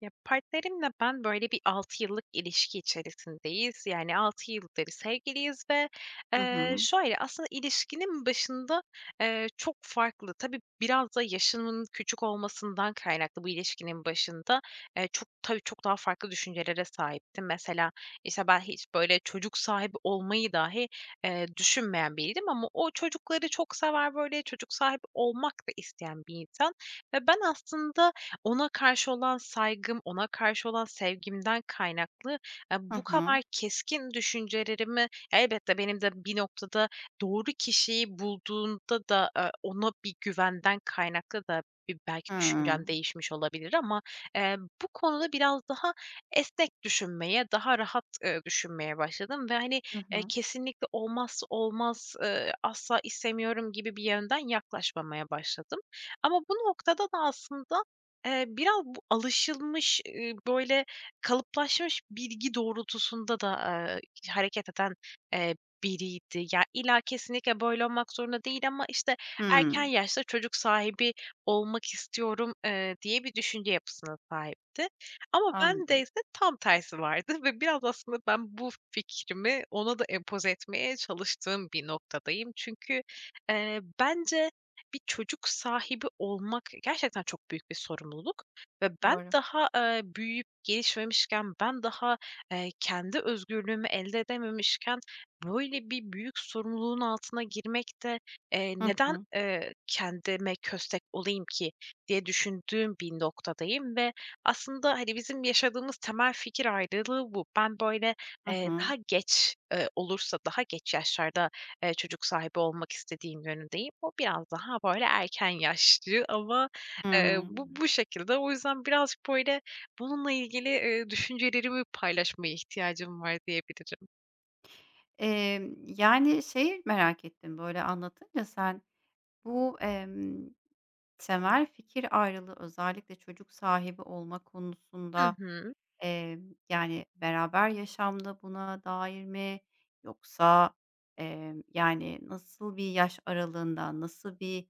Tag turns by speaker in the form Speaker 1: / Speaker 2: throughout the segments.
Speaker 1: Ya, partnerimle ben, böyle, bir 6 yıllık ilişki içerisindeyiz. Yani 6 yıldır sevgiliyiz ve,
Speaker 2: Hı hı.
Speaker 1: şöyle, aslında ilişkinin başında, çok farklı. Tabii biraz da yaşının küçük olmasından kaynaklı bu ilişkinin başında, çok tabii çok daha farklı düşüncelere sahiptim. Mesela, işte, ben hiç, böyle, çocuk sahibi olmayı dahi, düşünmeyen biriydim ama o çocukları çok sever, böyle, çocuk sahibi olmak da isteyen bir insan ve ben aslında ona karşı olan saygım, ona karşı olan sevgimden kaynaklı,
Speaker 2: Hı
Speaker 1: bu
Speaker 2: hı.
Speaker 1: kadar keskin düşüncelerimi elbette benim de bir noktada doğru kişiyi bulduğunda da, ona bir güvenden kaynaklı da bir belki
Speaker 2: Hıı.
Speaker 1: düşüncem değişmiş olabilir ama, eee, bu konuda biraz daha esnek düşünmeye, daha rahat, düşünmeye başladım ve, hani,
Speaker 2: Hı hı.
Speaker 1: kesinlikle olmazsa olmaz, asla istemiyorum gibi bir yönden yaklaşmamaya başladım. Ama bu noktada da aslında biraz bu alışılmış, böyle, kalıplaşmış bilgi doğrultusunda da, hareket eden, eee, biriydi. Ya, illa kesinlikle böyle olmak zorunda değil ama, işte, erken
Speaker 2: Hıı.
Speaker 1: yaşta çocuk sahibi olmak istiyorum, diye bir düşünce yapısına sahipti. Ama
Speaker 2: Anladım.
Speaker 1: bendeyse tam tersi vardı ve biraz aslında ben bu fikrimi ona da empoze etmeye çalıştığım bir noktadayım. Çünkü, bence bir çocuk sahibi olmak gerçekten çok büyük bir sorumluluk ve ben
Speaker 2: Doğru.
Speaker 1: daha, büyüyüp gelişmemişken, ben daha, kendi özgürlüğümü elde edememişken böyle bir büyük sorumluluğun altına girmek de,
Speaker 2: Hı
Speaker 1: neden,
Speaker 2: hı.
Speaker 1: kendime köstek olayım ki diye düşündüğüm bir noktadayım ve aslında, hani, bizim yaşadığımız temel fikir ayrılığı bu. Ben böyle,
Speaker 2: Hı hı.
Speaker 1: daha geç, olursa, daha geç yaşlarda çocuk sahibi olmak istediğim yönündeyim. O biraz daha böyle erken yaşlı ama,
Speaker 2: Hıı.
Speaker 1: bu şekilde. O yüzden birazcık böyle bununla ilgili, düşüncelerimi paylaşmaya ihtiyacım var diyebilirim.
Speaker 2: Yani, şeyi merak ettim, böyle, anlatınca sen bu, temel fikir ayrılığı özellikle çocuk sahibi olma
Speaker 1: Hı
Speaker 2: konusunda.
Speaker 1: hı.
Speaker 2: Yani, beraber yaşamda buna dair mi yoksa, yani, nasıl bir yaş aralığında nasıl bir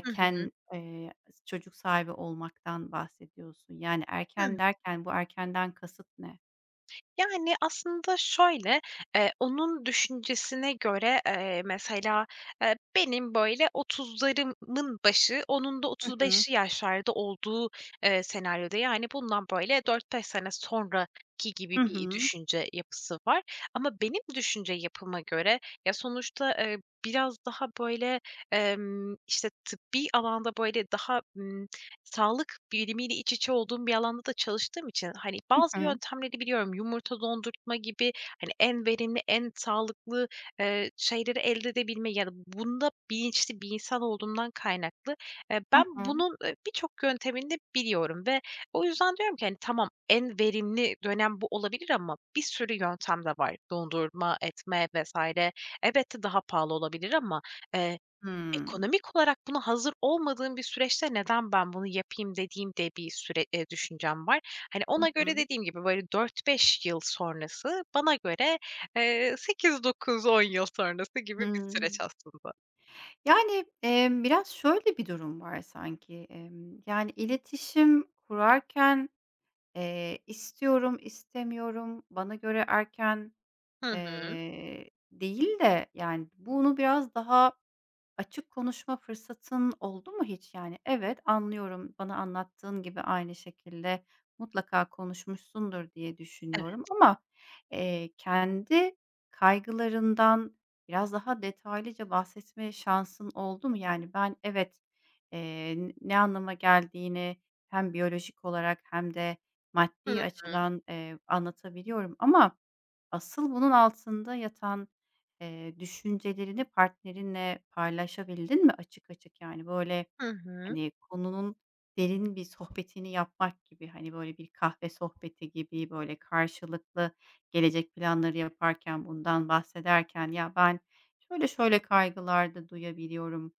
Speaker 1: Hı hı.
Speaker 2: çocuk sahibi olmaktan bahsediyorsun? Yani,
Speaker 1: Hı.
Speaker 2: erken derken bu erkenden kasıt ne?
Speaker 1: Yani, aslında şöyle, onun düşüncesine göre, mesela, benim böyle otuzlarımın başı, onun da
Speaker 2: Hı
Speaker 1: otuz
Speaker 2: hı.
Speaker 1: beşli yaşlarda olduğu, senaryoda, yani, bundan böyle 4-5 sene sonraki
Speaker 2: Hı
Speaker 1: gibi bir
Speaker 2: hı.
Speaker 1: düşünce yapısı var. Ama benim düşünce yapıma göre, ya, sonuçta, biraz daha böyle, işte, tıbbi alanda böyle daha, sağlık bilimiyle iç içe olduğum bir alanda da çalıştığım için, hani,
Speaker 2: Hı
Speaker 1: bazı
Speaker 2: hı.
Speaker 1: yöntemleri biliyorum. Yumurta dondurtma gibi, hani, en verimli, en sağlıklı, şeyleri elde edebilme ya da bunda bilinçli bir insan olduğumdan kaynaklı,
Speaker 2: Hı
Speaker 1: ben
Speaker 2: hı.
Speaker 1: bunun, birçok yöntemini de biliyorum ve o yüzden diyorum ki, hani, tamam, en verimli dönem bu olabilir ama bir sürü yöntem de var. Dondurma, etme vs. Elbette daha pahalı olabilir ama, eee,
Speaker 2: Hımm.
Speaker 1: ekonomik olarak buna hazır olmadığım bir süreçte "Neden ben bunu yapayım?" dediğim de bir süre düşüncem var. Hani,
Speaker 2: Hı
Speaker 1: ona göre
Speaker 2: hı.
Speaker 1: dediğim gibi, böyle, 4-5 yıl sonrası, bana göre, 8-9-10 yıl sonrası gibi bir süreç
Speaker 2: Hımm.
Speaker 1: aslında.
Speaker 2: Yani, biraz şöyle bir durum var sanki, yani, iletişim kurarken istiyorum, istemiyorum, bana göre erken,
Speaker 1: Hı hı.
Speaker 2: değil de, yani, bunu biraz daha açık konuşma fırsatın oldu mu hiç? Yani, evet, anlıyorum, bana anlattığın gibi aynı şekilde mutlaka konuşmuşsundur diye düşünüyorum
Speaker 1: Evet.
Speaker 2: ama, kendi kaygılarından biraz daha detaylıca bahsetme şansın oldu mu? Yani, ben evet, eee, ne anlama geldiğini hem biyolojik olarak hem de maddi açıdan, anlatabiliyorum ama asıl bunun altında yatan, düşüncelerini partnerinle paylaşabildin mi açık açık? Yani, böyle,
Speaker 1: Hı hı.
Speaker 2: hani, konunun derin bir sohbetini yapmak gibi, hani, böyle, bir kahve sohbeti gibi, böyle, karşılıklı gelecek planları yaparken, bundan bahsederken, "Ya, ben şöyle şöyle kaygılar da duyabiliyorum.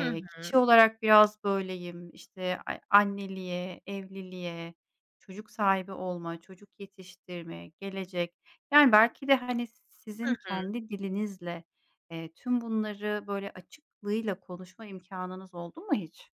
Speaker 1: Hı
Speaker 2: kişi
Speaker 1: hı.
Speaker 2: olarak biraz böyleyim. İşte anneliğe, evliliğe, çocuk sahibi olma, çocuk yetiştirme, gelecek..." Yani, belki de, hani,
Speaker 1: Hı
Speaker 2: sizin
Speaker 1: hı.
Speaker 2: kendi dilinizle, tüm bunları, böyle, açıklığıyla konuşma imkanınız oldu mu hiç?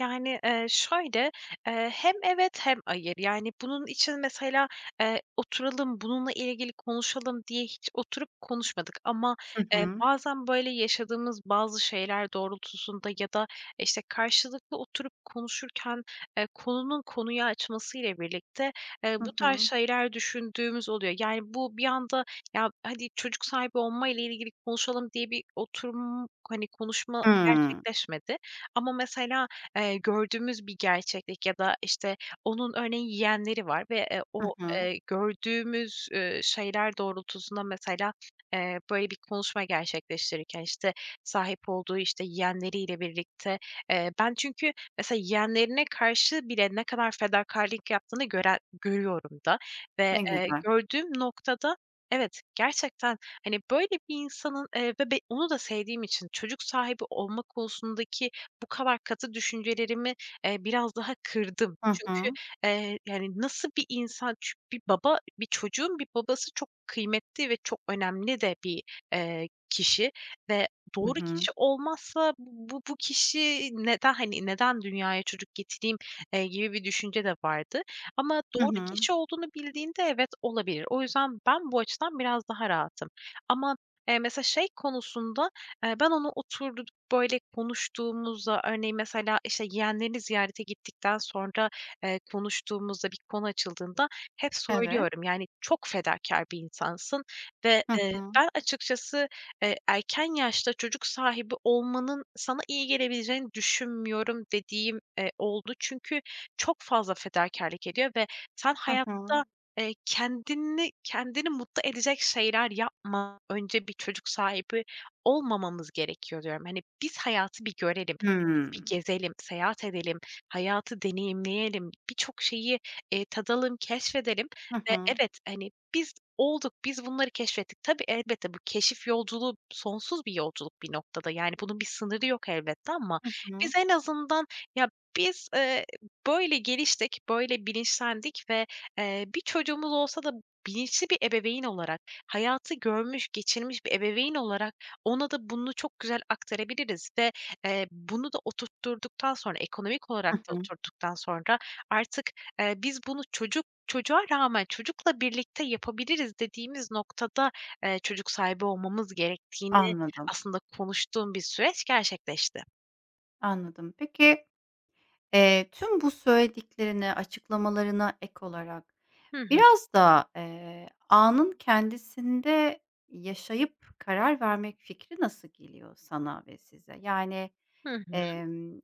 Speaker 1: Yani, şöyle, hem evet hem hayır. Yani, bunun için mesela, oturalım, bununla ilgili konuşalım diye hiç oturup konuşmadık ama,
Speaker 2: Hı hı.
Speaker 1: bazen, böyle, yaşadığımız bazı şeyler doğrultusunda ya da, işte, karşılıklı oturup konuşurken, konuyu açmasıyla birlikte,
Speaker 2: Hı
Speaker 1: bu tarz
Speaker 2: hı.
Speaker 1: şeyler düşündüğümüz oluyor. Yani, bu bir anda, "Ya, hadi çocuk sahibi olma ile ilgili konuşalım." diye bir oturum, hani, konuşma
Speaker 2: Hımm.
Speaker 1: gerçekleşmedi ama mesela, gördüğümüz bir gerçeklik ya da, işte, onun örneğin yeğenleri var ve,
Speaker 2: Hı
Speaker 1: o,
Speaker 2: hı.
Speaker 1: gördüğümüz, şeyler doğrultusunda mesela, böyle bir konuşma gerçekleştirirken, işte, sahip olduğu, işte, yeğenleriyle birlikte, ben çünkü mesela yeğenlerine karşı bile ne kadar fedakârlık yaptığını görüyorum da ve,
Speaker 2: Ne güzel.
Speaker 1: gördüğüm noktada evet, gerçekten, hani, böyle bir insanın, ve onu da sevdiğim için çocuk sahibi olma konusundaki bu kadar katı düşüncelerimi, biraz daha kırdım.
Speaker 2: Hı
Speaker 1: Çünkü,
Speaker 2: hı.
Speaker 1: yani, nasıl bir insan bir baba, bir çocuğun bir babası çok kıymetli ve çok önemli de bir, kişi ve
Speaker 2: Hı
Speaker 1: doğru
Speaker 2: hı.
Speaker 1: kişi olmazsa bu kişi neden, hani, neden dünyaya çocuk getireyim, gibi bir düşünce de vardı ama
Speaker 2: Hı
Speaker 1: doğru
Speaker 2: hı.
Speaker 1: kişi olduğunu bildiğinde evet, olabilir. O yüzden ben bu açıdan biraz daha rahatım ama, mesela şey konusunda, ben onu böyle konuştuğumuzda, örneğin mesela, işte, yeğenlerini ziyarete gittikten sonra, konuştuğumuzda bir konu açıldığında hep
Speaker 2: Evet.
Speaker 1: söylüyorum, yani, çok fedakar bir insansın ve,
Speaker 2: Hı hı.
Speaker 1: ben açıkçası, erken yaşta çocuk sahibi olmanın sana iyi gelebileceğini düşünmüyorum dediğim, oldu. Çünkü çok fazla fedakarlık ediyor ve sen
Speaker 2: Hı hı.
Speaker 1: hayatta, kendini mutlu edecek şeyler yapma. Önce bir çocuk sahibi olmamamız gerekiyor diyorum. Hani, biz hayatı bir görelim, biz bir
Speaker 2: Hımm.
Speaker 1: gezelim, seyahat edelim, hayatı deneyimleyelim, birçok şeyi, tadalım, keşfedelim
Speaker 2: Hı
Speaker 1: ve
Speaker 2: hı.
Speaker 1: evet, hani, biz olduk, biz bunları keşfettik. Tabii, elbette bu keşif yolculuğu sonsuz bir yolculuk bir noktada, yani, bunun bir sınırı yok elbette ama
Speaker 2: Hı hı.
Speaker 1: biz en azından ya, biz, böyle geliştik, böyle bilinçlendik ve, bir çocuğumuz olsa da bilinçli bir ebeveyn olarak, hayatı görmüş, geçirmiş bir ebeveyn olarak ona da bunu çok güzel aktarabiliriz ve, bunu da oturtturduktan sonra, ekonomik
Speaker 2: Hı
Speaker 1: olarak da
Speaker 2: hı.
Speaker 1: oturttuktan sonra artık, biz bunu çocuğa rağmen, çocukla birlikte yapabiliriz dediğimiz noktada, çocuk sahibi olmamız gerektiğini
Speaker 2: Anladım,
Speaker 1: aslında konuştuğum bir süreç gerçekleşti.
Speaker 2: anladım. Peki, tüm bu söylediklerine, açıklamalarına ek olarak
Speaker 1: Hı hı.
Speaker 2: biraz da, anın kendisinde yaşayıp karar vermek fikri nasıl geliyor sana ve size? Yani,
Speaker 1: Hı hı.
Speaker 2: emm,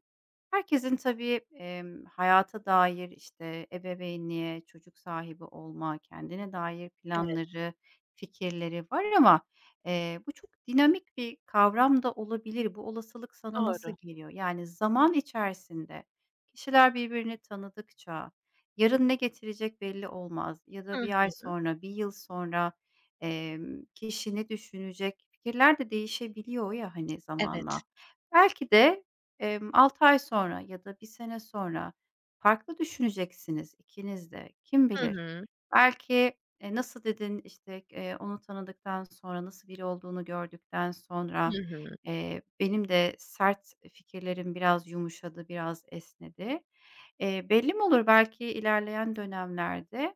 Speaker 2: herkesin tabii, hayata dair, işte, ebeveynliğe, çocuk sahibi olma, kendine dair
Speaker 1: Evet,
Speaker 2: planları, fikirleri var ama, bu çok dinamik bir kavram da olabilir. Bu olasılık sana nasıl
Speaker 1: doğru.
Speaker 2: geliyor? Yani zaman içerisinde kişiler birbirini tanıdıkça, yarın ne getirecek belli olmaz ya da
Speaker 1: Hı.
Speaker 2: bir ay sonra, bir yıl sonra, kişi ne düşünecek? Fikirler de değişebiliyor ya, hani,
Speaker 1: Evet.
Speaker 2: zamanla. Belki de, 6 ay sonra ya da bir sene sonra farklı düşüneceksiniz ikiniz de. Kim
Speaker 1: Hı
Speaker 2: bilir?
Speaker 1: hı.
Speaker 2: Belki, nasıl dedin, işte, onu tanıdıktan sonra, nasıl biri olduğunu gördükten
Speaker 1: Hı
Speaker 2: sonra,
Speaker 1: hı.
Speaker 2: benim de sert fikirlerim biraz yumuşadı, biraz esnedi. Belli mi olur? Belki ilerleyen dönemlerde,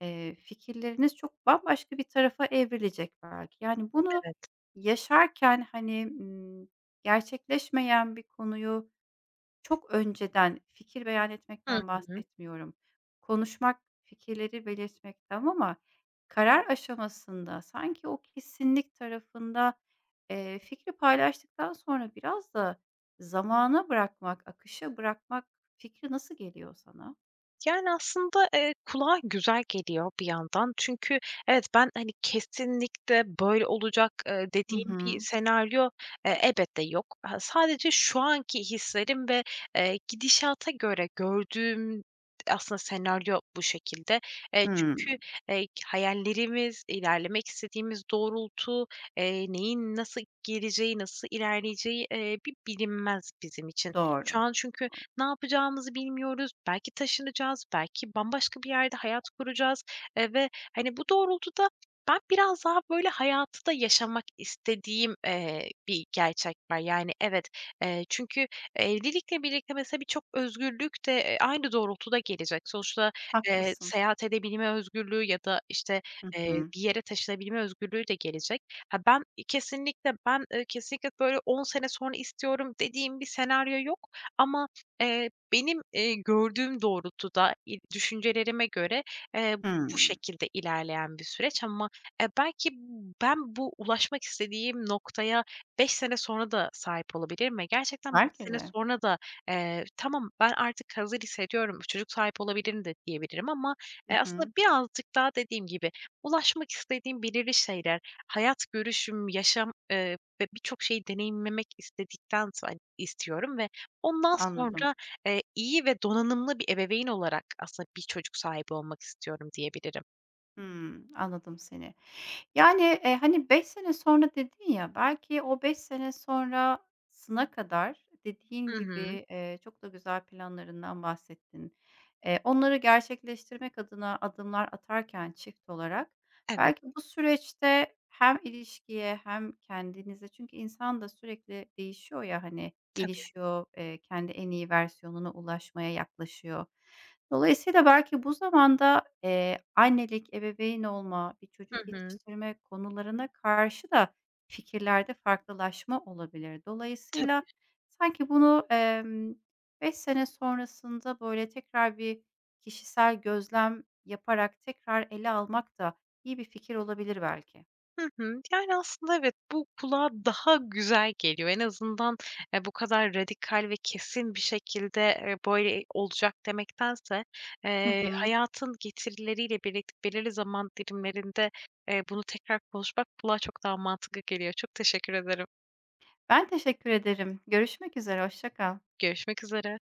Speaker 2: fikirleriniz çok bambaşka bir tarafa evrilecek belki. Yani, bunu
Speaker 1: Evet.
Speaker 2: yaşarken, hani, gerçekleşmeyen bir konuyu çok önceden fikir beyan
Speaker 1: Hı
Speaker 2: etmekten
Speaker 1: hı.
Speaker 2: bahsetmiyorum. Konuşmak, fikirleri belirtmek tamam ama karar aşamasında sanki o kesinlik tarafında, fikri paylaştıktan sonra biraz da zamana bırakmak, akışa bırakmak fikri nasıl geliyor sana?
Speaker 1: Yani, aslında, kulağa güzel geliyor bir yandan. Çünkü evet, ben, hani, kesinlikle böyle olacak,
Speaker 2: Hı
Speaker 1: dediğim bir
Speaker 2: hı.
Speaker 1: senaryo, elbette yok. Ha, sadece şu anki hislerim ve, gidişata göre gördüğüm aslında senaryo bu şekilde. Çünkü,
Speaker 2: Hımm.
Speaker 1: hayallerimiz, ilerlemek istediğimiz doğrultu, neyin nasıl geleceği, nasıl ilerleyeceği, bir bilinmez bizim için.
Speaker 2: Doğru.
Speaker 1: Şu an çünkü ne yapacağımızı bilmiyoruz. Belki taşınacağız, belki bambaşka bir yerde hayat kuracağız, ve, hani, bu doğrultuda ben biraz daha, böyle, hayatı da yaşamak istediğim, bir gerçek var. Yani, evet, çünkü evlilikle birlikte mesela birçok özgürlük de, aynı doğrultuda gelecek. Sonuçta,
Speaker 2: Haklısın.
Speaker 1: seyahat edebilme özgürlüğü ya da, işte,
Speaker 2: Hı hı.
Speaker 1: bir yere taşınabilme özgürlüğü de gelecek. Ha, ben, kesinlikle, böyle, 10 sene sonra istiyorum dediğim bir senaryo yok ama benim, gördüğüm doğrultuda, düşüncelerime göre, eee, bu
Speaker 2: Hımm.
Speaker 1: şekilde ilerleyen bir süreç ama, belki ben bu ulaşmak istediğim noktaya 5 sene sonra da sahip olabilirim ve gerçekten 5
Speaker 2: Belki
Speaker 1: sene
Speaker 2: de.
Speaker 1: sonra da, "Tamam, ben artık hazır hissediyorum, çocuk sahibi olabilirim." de diyebilirim ama,
Speaker 2: Hı
Speaker 1: aslında
Speaker 2: hı.
Speaker 1: birazcık daha dediğim gibi ulaşmak istediğim belirli şeyler, hayat görüşüm, yaşam, ve birçok şeyi deneyimlemek istedikten istiyorum ve ondan
Speaker 2: Anladım.
Speaker 1: sonra, iyi ve donanımlı bir ebeveyn olarak aslında bir çocuk sahibi olmak istiyorum diyebilirim.
Speaker 2: Hımm. Anladım seni. Yani, hani, 5 sene sonra dedin ya, belki o 5 sene sonrasına kadar dediğin
Speaker 1: Hı hı.
Speaker 2: gibi, çok da güzel planlarından bahsettin. Onları gerçekleştirmek adına adımlar atarken çift olarak
Speaker 1: Evet,
Speaker 2: belki bu süreçte hem ilişkiye hem kendinize çünkü insan da sürekli değişiyor ya, hani,
Speaker 1: tabii.
Speaker 2: gelişiyor, kendi en iyi versiyonuna ulaşmaya yaklaşıyor. Dolayısıyla belki bu zamanda, annelik, ebeveyn olma, bir
Speaker 1: Hı
Speaker 2: çocuk
Speaker 1: hı.
Speaker 2: yetiştirme konularına karşı da fikirlerde farklılaşma olabilir. Dolayısıyla
Speaker 1: Tabii.
Speaker 2: sanki bunu, 5 sene sonrasında, böyle, tekrar bir kişisel gözlem yaparak tekrar ele almak da iyi bir fikir olabilir belki.
Speaker 1: Hı hı. Yani, aslında evet, bu kulağa daha güzel geliyor. En azından, bu kadar radikal ve kesin bir şekilde, böyle olacak demektense,
Speaker 2: Hı hı.
Speaker 1: hayatın getirileriyle birlikte belirli zaman dilimlerinde, bunu tekrar konuşmak kulağa çok daha mantıklı geliyor. Çok teşekkür ederim.
Speaker 2: Ben teşekkür ederim. Görüşmek üzere, hoşça kal.
Speaker 1: Görüşmek üzere.